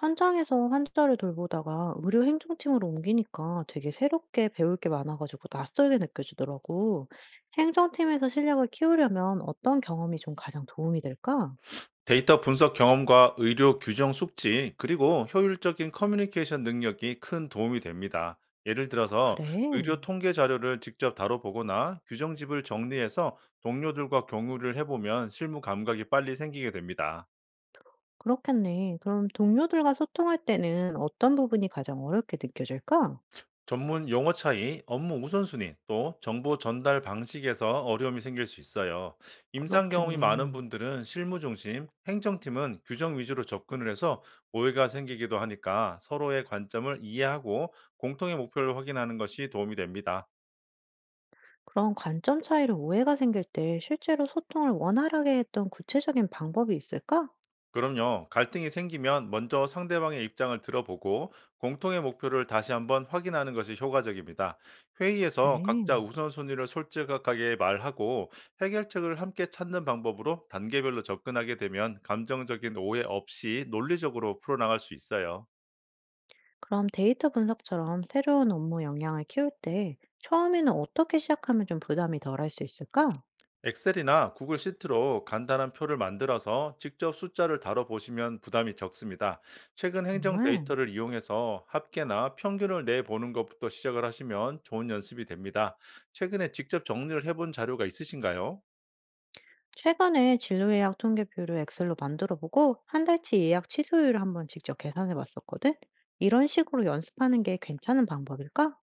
현장에서 환자를 돌보다가 의료 행정팀으로 옮기니까 되게 새롭게 배울 게 많아가지고 낯설게 느껴지더라고. 행정팀에서 실력을 키우려면 어떤 경험이 좀 가장 도움이 될까? 데이터 분석 경험과 의료 규정 숙지, 그리고 효율적인 커뮤니케이션 능력이 큰 도움이 됩니다. 예를 들어서 그래, 의료 통계 자료를 직접 다뤄보거나 규정집을 정리해서 동료들과 경유를 해보면 실무 감각이 빨리 생기게 됩니다. 그렇겠네. 그럼 동료들과 소통할 때는 어떤 부분이 가장 어렵게 느껴질까? 전문 용어 차이, 업무 우선순위, 또 정보 전달 방식에서 어려움이 생길 수 있어요. 임상 경험이 많은 그렇겠네. 분들은 실무 중심, 행정팀은 규정 위주로 접근을 해서 오해가 생기기도 하니까 서로의 관점을 이해하고 공통의 목표를 확인하는 것이 도움이 됩니다. 그런 관점 차이로 오해가 생길 때 실제로 소통을 원활하게 했던 구체적인 방법이 있을까? 그럼요. 갈등이 생기면 먼저 상대방의 입장을 들어보고 공통의 목표를 다시 한번 확인하는 것이 효과적입니다. 회의에서 각자 그래. 우선순위를 솔직하게 말하고 해결책을 함께 찾는 방법으로 단계별로 접근하게 되면 감정적인 오해 없이 논리적으로 풀어나갈 수 있어요. 그럼 데이터 분석처럼 새로운 업무 역량을 키울 때 처음에는 어떻게 시작하면 좀 부담이 덜할 수 있을까? 엑셀이나 구글 시트로 간단한 표를 만들어서 직접 숫자를 다뤄보시면 부담이 적습니다. 최근 행정 정말. 데이터를 이용해서 합계나 평균을 내보는 것부터 시작을 하시면 좋은 연습이 됩니다. 최근에 직접 정리를 해본 자료가 있으신가요? 최근에 진로 예약 통계표를 엑셀로 만들어 보고 한 달치 예약 취소율을 한번 직접 계산해 봤었거든. 이런 식으로 연습하는 게 괜찮은 방법일까?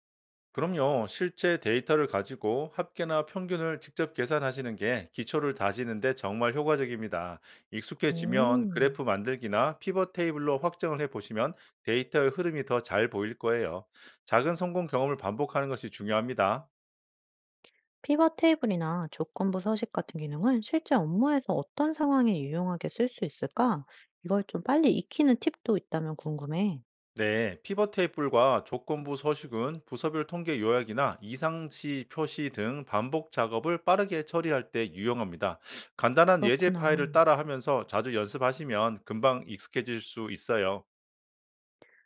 그럼요. 실제 데이터를 가지고 합계나 평균을 직접 계산하시는 게 기초를 다지는데 정말 효과적입니다. 익숙해지면 오. 그래프 만들기나 피벗 테이블로 확정을 해보시면 데이터의 흐름이 더 잘 보일 거예요. 작은 성공 경험을 반복하는 것이 중요합니다. 피벗 테이블이나 조건부 서식 같은 기능은 실제 업무에서 어떤 상황에 유용하게 쓸 수 있을까? 이걸 좀 빨리 익히는 팁도 있다면 궁금해. 네, 피벗 테이블과 조건부 서식은 부서별 통계 요약이나 이상치 표시 등 반복 작업을 빠르게 처리할 때 유용합니다. 간단한 예제 그렇구나. 파일을 따라 하면서 자주 연습하시면 금방 익숙해질 수 있어요.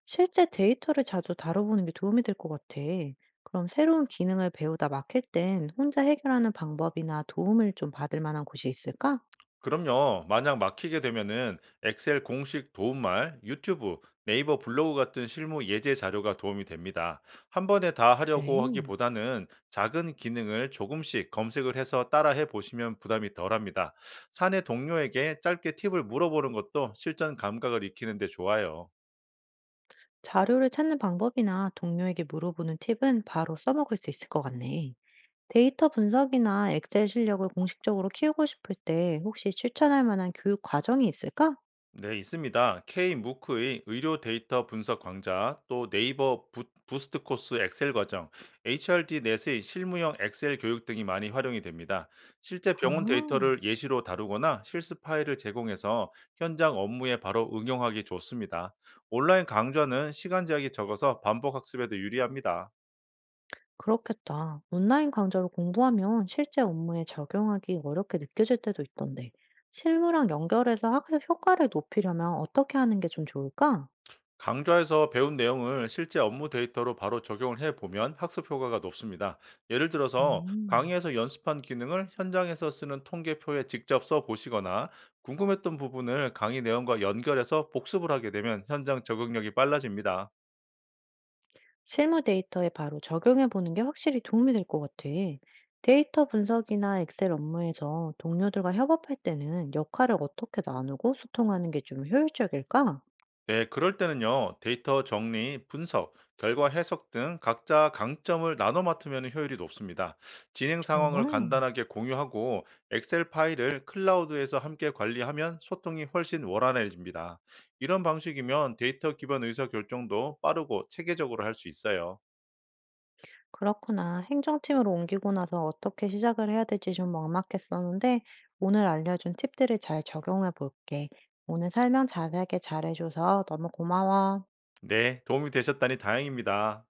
실제 데이터를 자주 다뤄보는 게 도움이 될 것 같아. 그럼 새로운 기능을 배우다 막힐 땐 혼자 해결하는 방법이나 도움을 좀 받을 만한 곳이 있을까? 그럼요. 만약 막히게 되면은 엑셀 공식 도움말, 유튜브, 네이버 블로그 같은 실무 예제 자료가 도움이 됩니다. 한 번에 다 하려고 그래. 하기보다는 작은 기능을 조금씩 검색을 해서 따라해 보시면 부담이 덜합니다. 사내 동료에게 짧게 팁을 물어보는 것도 실전 감각을 익히는 데 좋아요. 자료를 찾는 방법이나 동료에게 물어보는 팁은 바로 써먹을 수 있을 것 같네. 데이터 분석이나 엑셀 실력을 공식적으로 키우고 싶을 때 혹시 추천할 만한 교육 과정이 있을까? 네, 있습니다. K-MOOC의 의료 데이터 분석 강좌, 또 스트 코스 엑셀 과정, HRD 넷의 실무형 엑셀 교육 등이 많이 활용이 됩니다. 실제 병원 아. 데이터를 예시로 다루거나 실습 파일을 제공해서 현장 업무에 바로 응용하기 좋습니다. 온라인 강좌는 시간 제약이 적어서 반복 학습에도 유리합니다. 그렇겠다. 온라인 강좌로 공부하면 실제 업무에 적용하기 어렵게 느껴질 때도 있던데, 실무랑 연결해서 학습 효과를 높이려면 어떻게 하는 게 좀 좋을까? 강좌에서 배운 내용을 실제 업무 데이터로 바로 적용을 해 보면 학습 효과가 높습니다. 예를 들어서 음. 강의에서 연습한 기능을 현장에서 쓰는 통계표에 직접 써 보시거나 궁금했던 부분을 강의 내용과 연결해서 복습을 하게 되면 현장 적응력이 빨라집니다. 실무 데이터에 바로 적용해 보는 게 확실히 도움이 될 것 같아. 데이터 분석이나 엑셀 업무에서 동료들과 협업할 때는 역할을 어떻게 나누고 소통하는 게 좀 효율적일까? 네, 그럴 때는요, 데이터 정리, 분석, 결과 해석 등 각자 강점을 나눠 맡으면 효율이 높습니다. 진행 상황을 정말? 간단하게 공유하고 엑셀 파일을 클라우드에서 함께 관리하면 소통이 훨씬 원활해집니다. 이런 방식이면 데이터 기반 의사결정도 빠르고 체계적으로 할 수 있어요. 그렇구나. 행정팀으로 옮기고 나서 어떻게 시작을 해야 될지 좀 막막했었는데, 오늘 알려준 팁들을 잘 적용해 볼게. 오늘 설명 자세하게 잘해줘서 너무 고마워. 네, 도움이 되셨다니 다행입니다.